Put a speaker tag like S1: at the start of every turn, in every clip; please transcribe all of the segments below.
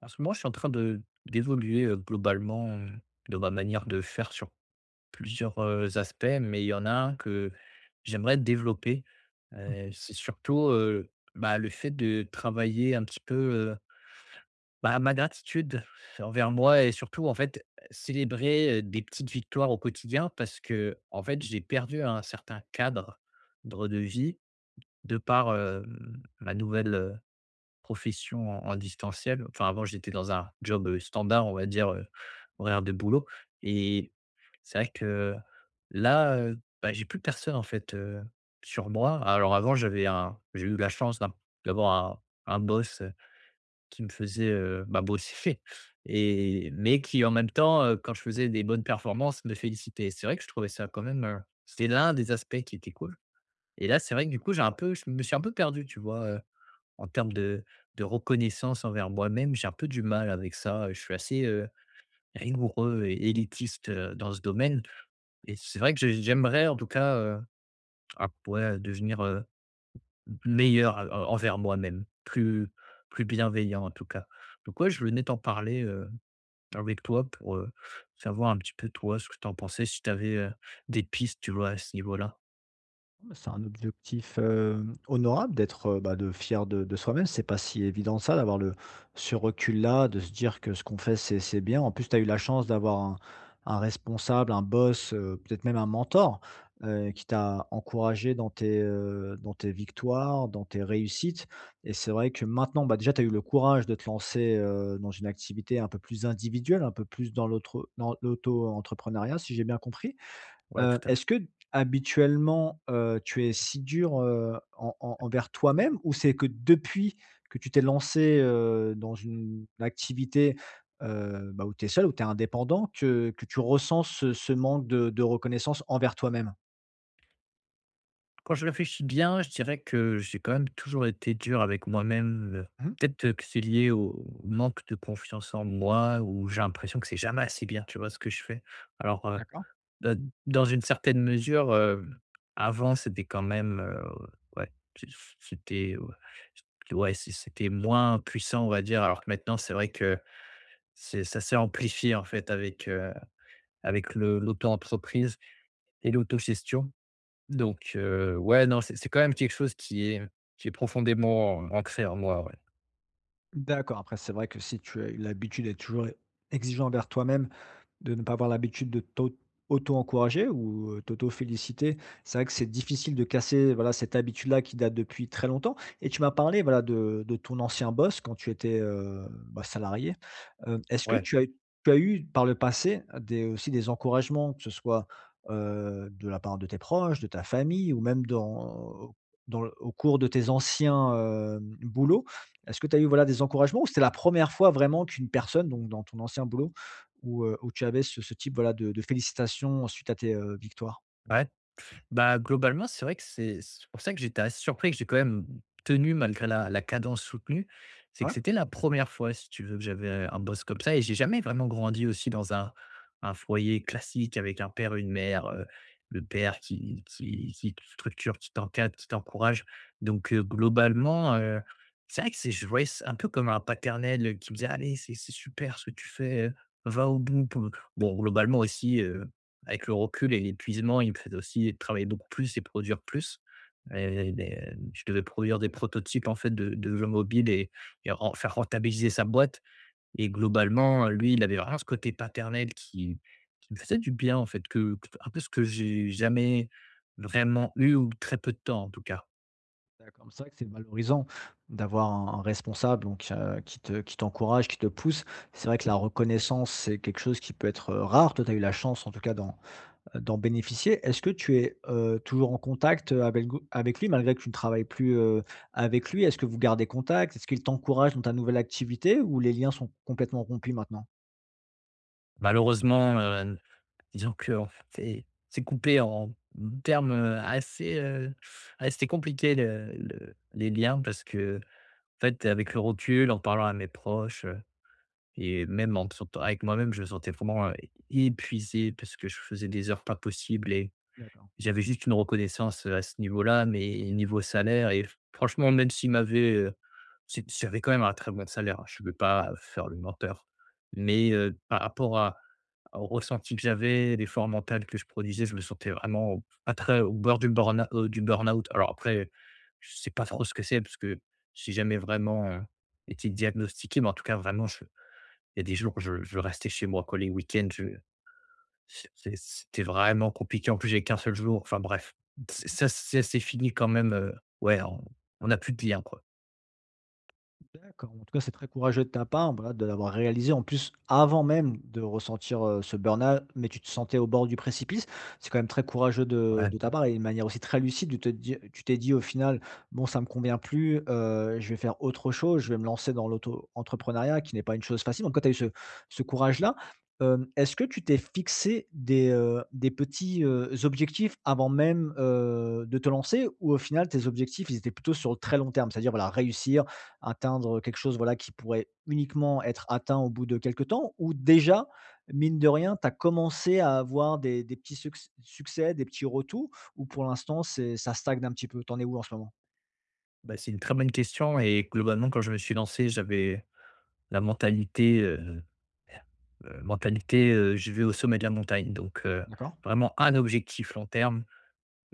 S1: En ce moment, je suis en train de d'évoluer, globalement, dans ma manière de faire sur plusieurs, aspects, mais il y en a un que j'aimerais développer, c'est surtout, bah, le fait de travailler un petit peu, bah, ma gratitude envers moi et surtout, en fait, célébrer, des petites victoires au quotidien parce que en fait, j'ai perdu un certain cadre de vie de par, ma nouvelle profession en distanciel. Enfin, avant, j'étais dans un job, standard, on va dire, horaire de boulot, et c'est vrai que là, bah, j'ai plus personne en fait, sur moi. Alors avant, j'ai eu la chance d'avoir un boss, qui me faisait, bah, bosser mais qui en même temps, quand je faisais des bonnes performances, me félicitait. C'est vrai que je trouvais ça quand même, c'était l'un des aspects qui était cool, et là, c'est vrai que du coup, j'ai un peu je me suis un peu perdu, tu vois, en termes de reconnaissance envers moi-même, j'ai un peu du mal avec ça. Je suis assez, rigoureux et élitiste, dans ce domaine, et c'est vrai que j'aimerais en tout cas, ah ouais, devenir, meilleur en envers moi-même, plus bienveillant en tout cas. Donc ouais, je venais t'en parler, avec toi pour, savoir un petit peu toi ce que tu en pensais, si tu avais des pistes, tu vois, à ce niveau-là.
S2: Mais c'est un objectif, honorable d'être, de fier de soi-même. C'est pas si évident ça, d'avoir le ce recul-là, de se dire que ce qu'on fait, c'est bien. En plus, tu as eu la chance d'avoir un responsable, un boss, peut-être même un mentor, qui t'a encouragé dans dans tes victoires, dans tes réussites. Et c'est vrai que maintenant, bah, déjà, tu as eu le courage de te lancer, dans une activité un peu plus individuelle, un peu plus dans l'autre dans l'auto-entrepreneuriat, si j'ai bien compris.
S1: Ouais, tout à fait.
S2: Est-ce que habituellement, tu es si dur, en envers toi-même, ou c'est que depuis que tu t'es lancé, dans une activité, où tu es seul, où tu es indépendant, que tu ressens ce manque de reconnaissance envers toi-même?
S1: Quand je réfléchis bien, je dirais que j'ai quand même toujours été dur avec moi-même,
S2: Mmh.
S1: peut-être que c'est lié au manque de confiance en moi, où j'ai l'impression que c'est jamais assez bien, tu vois ce que je fais? Alors,
S2: D'accord.
S1: d dans une certaine mesure, avant c'était quand même, ouais, c ouais, c c'était moins puissant, on va dire, alors que maintenant c'est vrai que c'est ça s'est amplifié en fait avec, avec le l'auto-entreprise et l'autogestion. Donc ouais, non, c'est quand même quelque chose qui est profondément ancré en moi, ouais.
S2: D'accord, après c'est vrai que si tu as eu l'habitude d'être toujours exigeant envers toi-même. De ne pas avoir l'habitude de t'au auto-encourager ou, t'auto-féliciter. C'est vrai que c'est difficile de casser, voilà, cette habitude-là qui date depuis très longtemps, et tu m'as parlé, voilà, de ton ancien boss quand tu étais, salarié. Est-ce que
S1: Ouais.
S2: tu as eu par le passé des aussi des encouragements, que ce soit, de la part de tes proches, de ta famille, ou même dans le au cours de tes anciens, boulots? Est-ce que tu as eu, voilà, des encouragements, ou c'était la première fois vraiment qu'une personne, donc dans ton ancien boulot, ou, où tu avais ce type, voilà, de félicitations suite à tes, victoires?
S1: Ouais. Bah, globalement, c'est vrai que c'est pour ça que j'étais assez surpris que j'ai quand même tenu malgré la cadence soutenue. C'est que
S2: Ouais.
S1: c'était la première fois, si tu veux, que j'avais un boss comme ça, et j'ai jamais vraiment grandi aussi dans un foyer classique avec un père et une mère, le père qui te structure, qui t'encadre, qui t'encourage. Donc globalement, c'est vrai que c'est je voyais ça un peu comme un paternel, qui me disait: «Allez, c'est super ce que tu fais, va au bout». Bon, globalement aussi, avec le recul et l'épuisement, il me faisait aussi travailler beaucoup plus et produire plus. Et des je devais produire des prototypes, en fait, de jeux mobiles, et ren faire rentabiliser sa boîte, et globalement, lui, il avait vraiment ce côté paternel qui me faisait du bien, en fait, que un peu ce que j'ai jamais vraiment eu, ou très peu de temps, en tout cas.
S2: D'accord, c'est vrai que c'est valorisant d'avoir un responsable, donc qui t'encourage, qui te pousse. C'est vrai que la reconnaissance, c'est quelque chose qui peut être, rare. Toi, tu as eu la chance en tout cas dans d'en bénéficier. Est-ce que tu es, toujours en contact, avec lui malgré que tu ne travailles plus, avec lui? Est-ce que vous gardez contact? Est-ce qu'il t'encourage dans ta nouvelle activité, ou les liens sont complètement rompus maintenant?
S1: Malheureusement, disons qu'on s'est coupé en termes, assez, assez compliqués, le les liens, parce que En fait, avec le recul, en parlant à mes proches, et même en me avec moi-même, je me sentais vraiment, épuisé parce que je faisais des heures pas possibles et
S2: D'accord.
S1: j'avais juste une reconnaissance, à ce niveau-là, mais niveau salaire. Et franchement, même s'il m'avait, c'est j'avais quand même un très bon salaire, hein, je ne veux pas faire le menteur. Mais, par rapport à au ressenti que j'avais, l'effort mental que je produisais, je me sentais vraiment pas très au bord du burn-out, du burn-out. Alors après, je sais pas trop ce que c'est parce que j'ai jamais vraiment, été diagnostiqué, mais en tout cas, vraiment, je il y a des jours, je restais chez moi, quoi, les week-ends, c'était vraiment compliqué. En plus, j'ai qu'un seul jour. Enfin bref, c'est ça c'est s'est fini quand même, ouais, on a plus de lien, quoi.
S2: D'accord. En tout cas, c'est très courageux de ta part, voilà, de l'avoir réalisé en plus avant même de ressentir, ce burn-out, mais tu te sentais au bord du précipice. C'est quand même très courageux de
S1: Ouais,
S2: de ta part, et une manière aussi très lucide de te dire, tu t'es dit au final: «Bon, ça me convient plus, je vais faire autre chose, je vais me lancer dans l'auto-entrepreneuriat qui n'est pas une chose facile». En tout tu as eu ce courage-là. Est-ce que tu t'es fixé des petits, objectifs avant même, de te lancer, ou au final tes objectifs, ils étaient plutôt sur le très long terme? C'est-à-dire, voilà, réussir atteindre quelque chose, voilà, qui pourrait uniquement être atteint au bout de quelque temps? Ou déjà, mine de rien, tu as commencé à avoir des petits succès, des petits retours? Ou pour l'instant, c'est ça stagne un petit peu? T'en es où en ce moment?
S1: bah, c'est une très bonne question, et globalement, quand je me suis lancé, j'avais la mentalité, je vais au sommet de la montagne. Donc
S2: D'accord.
S1: vraiment un objectif long terme,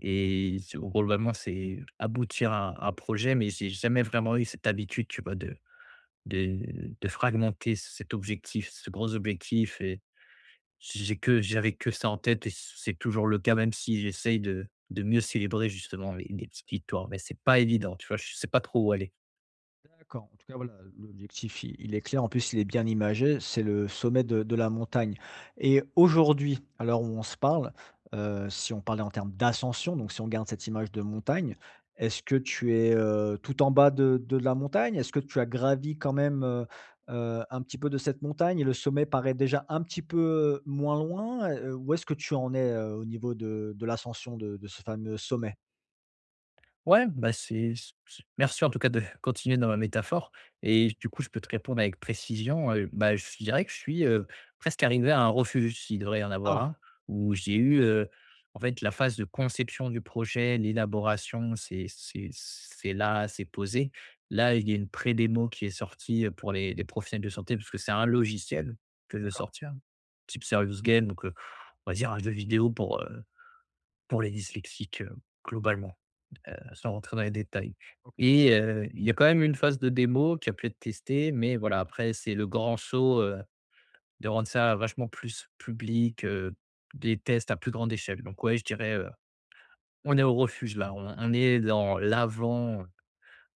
S1: et c'est globalement, c'est aboutir à un projet, mais j'ai jamais vraiment eu cette habitude, tu vois, de fragmenter cet objectif, ce gros objectif. Et j'avais que ça en tête, et c'est toujours le cas, même si j'essaye de mieux célébrer justement les petites victoires, mais c'est pas évident, tu vois? Je sais pas trop où aller.
S2: D'accord. En tout cas, voilà, l'objectif, i il est clair. En plus, il est bien imagé. C'est le sommet de la montagne. Et aujourd'hui, à l'heure où on se parle, si on parlait en termes d'ascension, donc si on garde cette image de montagne, est-ce que tu es, tout en bas de la montagne? Est-ce que tu as gravi quand même, un petit peu de cette montagne, et le sommet paraît déjà un petit peu, moins loin? Où est-ce que tu en es, au niveau de l'ascension de ce fameux sommet?
S1: Ouais, bah, c'est c merci en tout cas de continuer dans ma métaphore, et du coup, je peux te répondre avec précision, bah, je dirais que je suis, presque arrivé à un refuge, s'il devrait y en avoir
S2: Ah!
S1: un, où j'ai eu, en fait, la phase de conception du projet, l'élaboration, c'est là, c'est posé. Là, il y a une pré-démo qui est sortie, pour les professionnels de santé, parce que c'est un logiciel que je veux
S2: D'accord.
S1: sortir, type Serious Game, donc on va dire un jeu vidéo pour les dyslexiques, globalement, sans rentrer dans les détails,
S2: OK.
S1: et il y a quand même une phase de démo qui a pu être testée, mais voilà, après c'est le grand saut, de rendre ça vachement plus public, des tests à plus grande échelle. Donc ouais, je dirais, on est au refuge là, on est dans l'avant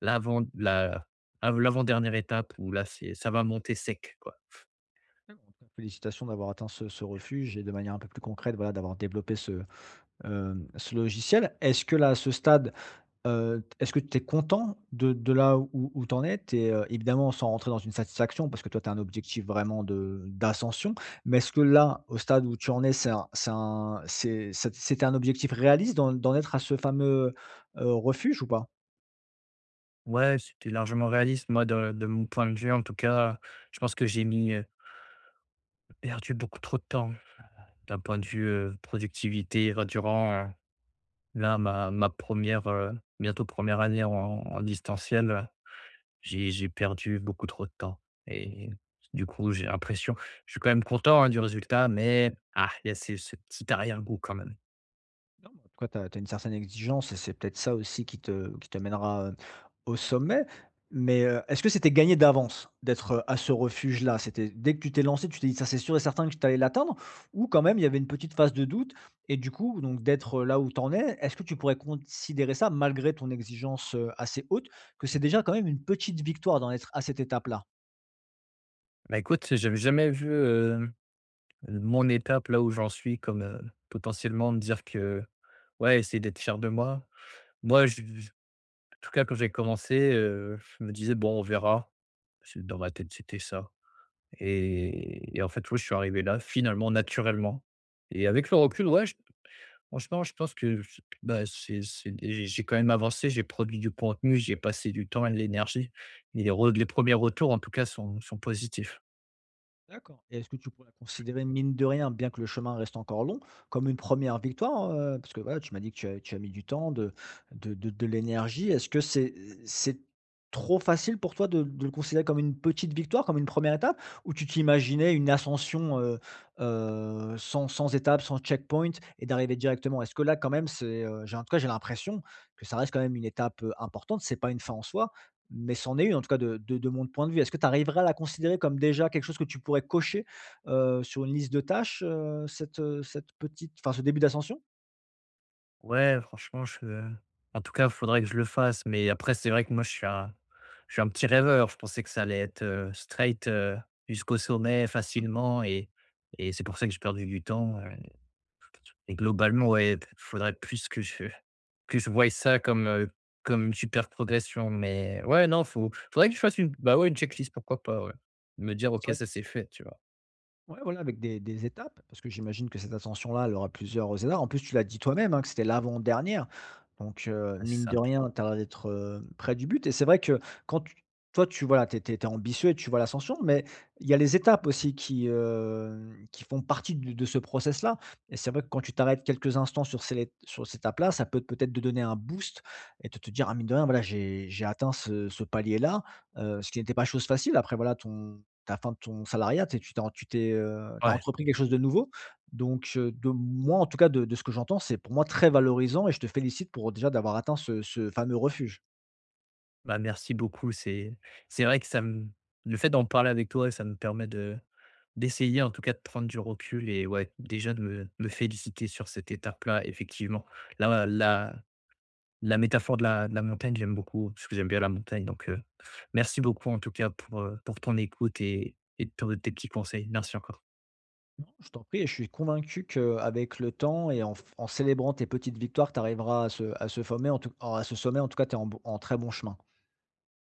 S1: l'avant la av l'avant-dernière étape, où là, c'est ça va monter sec, quoi.
S2: D'accord, en tout cas, félicitations d'avoir atteint ce refuge, et de manière un peu plus concrète, voilà, d'avoir développé ce, ce logiciel. Est-ce que là, à ce stade, est-ce que tu es content de là où tu en es? Tu es, évidemment sans rentrer dans une satisfaction parce que toi, tu as un objectif vraiment de d'ascension, mais est-ce que là, au stade où tu en es, c'était un objectif réaliste d'en être à ce fameux, refuge ou pas?
S1: Ouais, c'était largement réaliste. Moi, de mon point de vue, en tout cas, je pense que j'ai perdu beaucoup trop de temps d'un point de vue, productivité, va durant, là, ma première re bientôt première année en distanciel. J'ai perdu beaucoup trop de temps, et du coup, j'ai l'impression, je suis quand même content, hein, du résultat, mais ah, il y a ce petit arrière-goût quand même.
S2: Non, mais en tout cas, tu as une certaine exigence, et c'est peut-être ça aussi qui te mènera, au sommet. Mais, est-ce que c'était gagné d'avance d'être, à ce refuge-là? C'était dès que tu t'es lancé, tu t'es dit: «Ça, c'est sûr et certain que tu allais l'atteindre», ou quand même il y avait une petite phase de doute, et du coup, donc d'être, là où tu en es, est-ce que tu pourrais considérer ça malgré ton exigence, assez haute, que c'est déjà quand même une petite victoire d'en être à cette étape-là?
S1: Bah, écoute, j'avais jamais vu, mon étape là où j'en suis comme, potentiellement me dire que ouais, essayer d'être fier de moi. Moi, je tout cas, quand j'ai commencé, je me disais: «Bon, on verra». C'est dans ma tête, c'était ça, et en fait, oui, je suis arrivé là, finalement, naturellement, et avec le recul, ouais, j franchement, je pense que j bah, c'est des j'ai quand même avancé, j'ai produit du contenu, j'ai passé du temps et de l'énergie, et les premiers retours, en tout cas, sont positifs.
S2: D'accord. Et est-ce que tu pourrais considérer, mine de rien, bien que le chemin reste encore long, comme une première victoire? Parce que voilà, tu m'as dit que tu as mis du temps, de l'énergie. Est-ce que c'est trop facile pour toi de le considérer comme une petite victoire, comme une première étape? Ou tu t'imaginais une ascension, sans étape, sans checkpoint, et d'arriver directement? Est-ce que là, quand même, c'est, j'ai en tout cas, j'ai l'impression que ça reste quand même une étape, importante, c'est pas une fin en soi, mais c'en est une en tout cas de mon point de vue. Est-ce que tu arriverais à la considérer comme déjà quelque chose que tu pourrais cocher, sur une liste de tâches, cette petite enfin ce début d'ascension?
S1: Ouais, franchement, je en tout cas, faudrait que je le fasse, mais après, c'est vrai que moi, je suis un petit rêveur. Je pensais que ça allait être, straight, jusqu'au sommet
S2: Mmh.
S1: facilement, et c'est pour ça que j'ai perdu du temps, et globalement, ouais, p faudrait plus que je voie ça comme, comme une super progression, mais ouais, non, faut faudrait que je fasse une bah, ouais, une checklist, pourquoi pas, ouais. Me dire: «OK, ça, c'est fait», tu vois?
S2: Ouais, voilà, avec des étapes, parce que j'imagine que cette ascension-là, elle aura plusieurs étapes. En plus, tu l'as dit toi-même, hein, que c'était l'avant-dernière. Donc,
S1: Ouais, c'est
S2: mine de
S1: ça.
S2: rien, tu as l'air d'être, près du but. Et c'est vrai que quand tu toi, tu voilà, t'es t'es tu ambitieux, et tu vois l'ascension, mais il y a les étapes aussi qui, qui font partie de ce process-là. Et c'est vrai que quand tu t'arrêtes quelques instants sur ces sur cette étape-là, ça peut peut-être te donner un boost, et te dire: «Ah, mine de rien, voilà, j'ai atteint ce palier-là», ce qui n'était pas chose facile. Après voilà, ton ta fin de ton salariat, tu tu t'es tu t'es, tu as
S1: Ouais,
S2: entrepris quelque chose de nouveau. Donc, de moi, en tout cas, de ce que j'entends, c'est pour moi très valorisant, et je te félicite pour déjà d'avoir atteint ce fameux refuge.
S1: bah, merci beaucoup. C'est vrai que ça me le fait d'en parler avec toi, ça me permet de D'essayer en tout cas de prendre du recul, et ouais, déjà de me féliciter sur cette étape-là, effectivement. Là la la métaphore de la montagne, j'aime beaucoup, parce que j'aime bien la montagne, donc merci beaucoup en tout cas pour, pour ton écoute, et pour tes petits conseils. Merci encore.
S2: Non, je t'en prie, et je suis convaincu qu'avec le temps et en f en célébrant tes petites victoires, tu arriveras à ce sommet en tout à ce sommet, en tout cas, tu es en b en très bon chemin.